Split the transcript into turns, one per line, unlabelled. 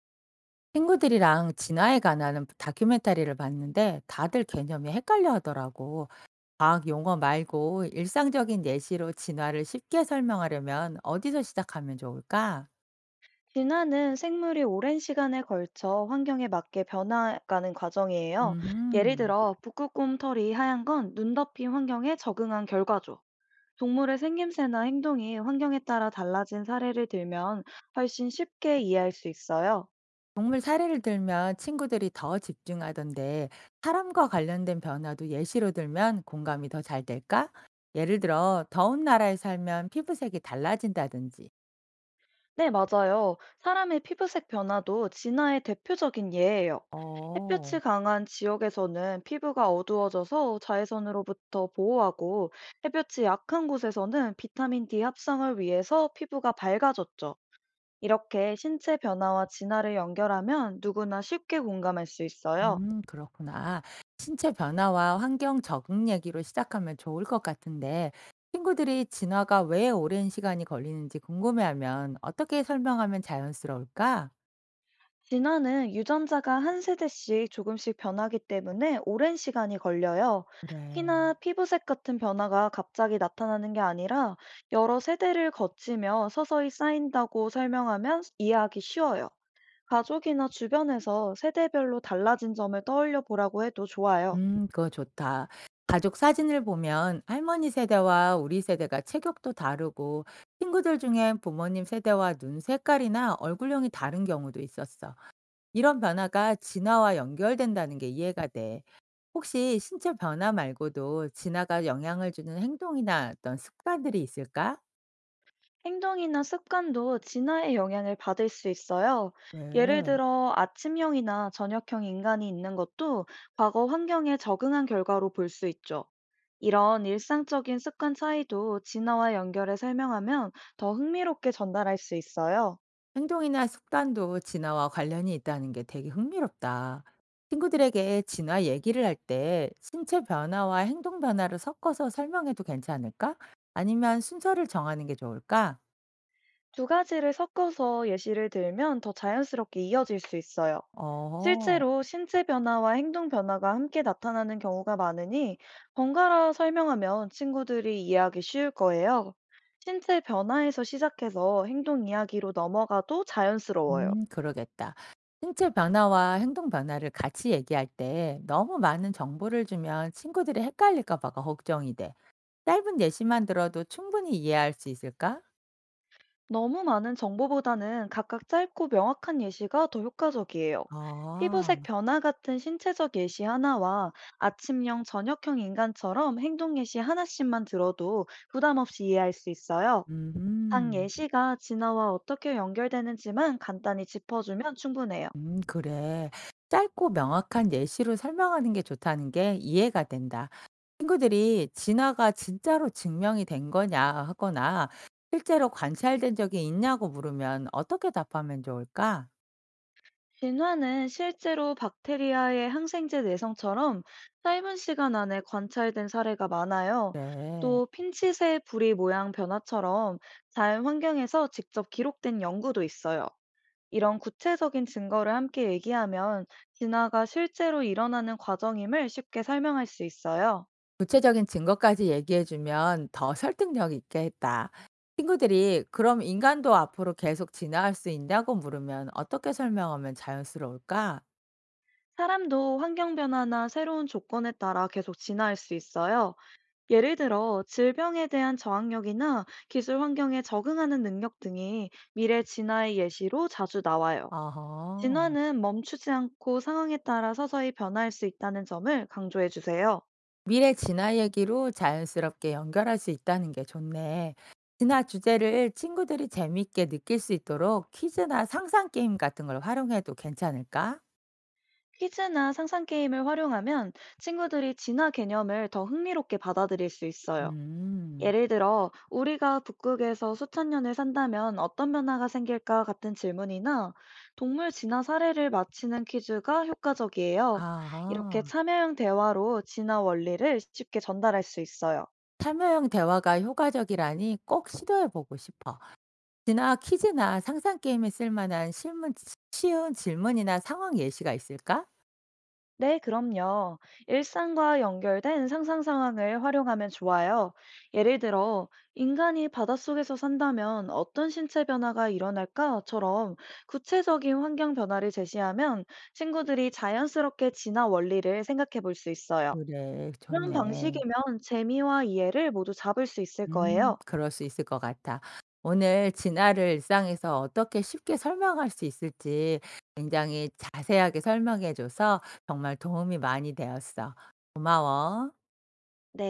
친구들이랑 진화에 관한 다큐멘터리를 봤는데 다들 개념이 헷갈려 하더라고. 과학 용어 말고 일상적인 예시로 진화를 쉽게 설명하려면 어디서 시작하면 좋을까?
진화는 생물이 오랜 시간에 걸쳐 환경에 맞게 변화가는 과정이에요. 예를
음,
들어, 북극곰털이 하얀 건 눈 덮인 환경에 적응한 결과죠. 동물의 생김새나 행동이 환경에 따라 달라진 사례를 들면 훨씬 쉽게 이해할 수 있어요.
동물 사례를 들면 친구들이 더 집중하던데 사람과 관련된 변화도 예시로 들면 공감이 더 잘 될까? 예를 들어, 더운 나라에 살면 피부색이 달라진다든지.
네, 맞아요. 사람의 피부색 변화도 진화의 대표적인 예예요.
어.
햇볕이 강한 지역에서는 피부가 어두워져서 자외선으로부터 보호하고 햇볕이 약한 곳에서는 비타민 D 합성을 위해서 피부가 밝아졌죠. 이렇게 신체 변화와 진화를 연결하면 누구나 쉽게 공감할 수 있어요.
그렇구나. 신체 변화와 환경 적응 얘기로 시작하면 좋을 것 같은데, 친구들이 진화가 왜 오랜 시간이 걸리는지 궁금해하면 어떻게 설명하면 자연스러울까?
진화는 유전자가 한 세대씩 조금씩 변하기 때문에 오랜 시간이 걸려요.
그래.
키나 피부색 같은 변화가 갑자기 나타나는 게 아니라 여러 세대를 거치며 서서히 쌓인다고 설명하면 이해하기 쉬워요. 가족이나 주변에서 세대별로 달라진 점을 떠올려 보라고 해도 좋아요.
그거 좋다. 가족 사진을 보면 할머니 세대와 우리 세대가 체격도 다르고, 친구들 중엔 부모님 세대와 눈 색깔이나 얼굴형이 다른 경우도 있었어. 이런 변화가 진화와 연결된다는 게 이해가 돼. 혹시 신체 변화 말고도 진화가 영향을 주는 행동이나 어떤 습관들이 있을까?
행동이나 습관도 진화의 영향을 받을 수 있어요. 예를
네.
들어 아침형이나 저녁형 인간이 있는 것도 과거 환경에 적응한 결과로 볼 수 있죠. 이런 일상적인 습관 차이도 진화와 연결해 설명하면 더 흥미롭게 전달할 수 있어요.
행동이나 습관도 진화와 관련이 있다는 게 되게 흥미롭다. 친구들에게 진화 얘기를 할 때 신체 변화와 행동 변화를 섞어서 설명해도 괜찮을까? 아니면 순서를 정하는 게 좋을까?
두 가지를 섞어서 예시를 들면 더 자연스럽게 이어질 수 있어요.
어.
실제로 신체 변화와 행동 변화가 함께 나타나는 경우가 많으니 번갈아 설명하면 친구들이 이해하기 쉬울 거예요. 신체 변화에서 시작해서 행동 이야기로 넘어가도 자연스러워요.
그러겠다. 신체 변화와 행동 변화를 같이 얘기할 때 너무 많은 정보를 주면 친구들이 헷갈릴까 봐가 걱정이 돼. 짧은 예시만 들어도 충분히 이해할 수 있을까?
너무 많은 정보보다는 각각 짧고 명확한 예시가 더 효과적이에요. 피부색
아,
변화 같은 신체적 예시 하나와 아침형, 저녁형 인간처럼 행동 예시 하나씩만 들어도 부담 없이 이해할 수 있어요. 각
음,
예시가 진화와 어떻게 연결되는지만 간단히 짚어주면 충분해요.
그래. 짧고 명확한 예시로 설명하는 게 좋다는 게 이해가 된다. 친구들이 진화가 진짜로 증명이 된 거냐 하거나 실제로 관찰된 적이 있냐고 물으면 어떻게 답하면 좋을까?
진화는 실제로 박테리아의 항생제 내성처럼 짧은 시간 안에 관찰된 사례가 많아요.
그래.
또 핀칫의 부리 모양 변화처럼 자연 환경에서 직접 기록된 연구도 있어요. 이런 구체적인 증거를 함께 얘기하면 진화가 실제로 일어나는 과정임을 쉽게 설명할 수 있어요.
구체적인 증거까지 얘기해 주면 더 설득력 있게 했다. 친구들이 그럼 인간도 앞으로 계속 진화할 수 있냐고 물으면 어떻게 설명하면 자연스러울까?
사람도 환경 변화나 새로운 조건에 따라 계속 진화할 수 있어요. 예를 들어 질병에 대한 저항력이나 기술 환경에 적응하는 능력 등이 미래 진화의 예시로 자주 나와요.
어허.
진화는 멈추지 않고 상황에 따라 서서히 변화할 수 있다는 점을 강조해 주세요.
미래 진화 얘기로 자연스럽게 연결할 수 있다는 게 좋네. 진화 주제를 친구들이 재미있게 느낄 수 있도록 퀴즈나 상상 게임 같은 걸 활용해도 괜찮을까?
퀴즈나 상상 게임을 활용하면 친구들이 진화 개념을 더 흥미롭게 받아들일 수 있어요.
음.
예를 들어, 우리가 북극에서 수천 년을 산다면 어떤 변화가 생길까 같은 질문이나 동물 진화 사례를 맞히는 퀴즈가 효과적이에요. 이렇게
아
참여형 대화로 진화 원리를 쉽게 전달할 수 있어요.
참여형 대화가 효과적이라니 꼭 시도해 보고 싶어. 나 퀴즈나 상상 게임에 쓸 만한 쉬운 질문이나 상황 예시가 있을까?
네, 그럼요. 일상과 연결된 상상 상황을 활용하면 좋아요. 예를 들어, 인간이 바닷속에서 산다면 어떤 신체 변화가 일어날까?처럼 구체적인 환경 변화를 제시하면 친구들이 자연스럽게 진화 원리를 생각해 볼 수 있어요.
그래.
이런
좋네.
방식이면 재미와 이해를 모두 잡을 수 있을
음.
거예요.
그럴 수 있을 것 같아. 오늘 진화를 일상에서 어떻게 쉽게 설명할 수 있을지 굉장히 자세하게 설명해 줘서 정말 도움이 많이 되었어. 고마워.
네.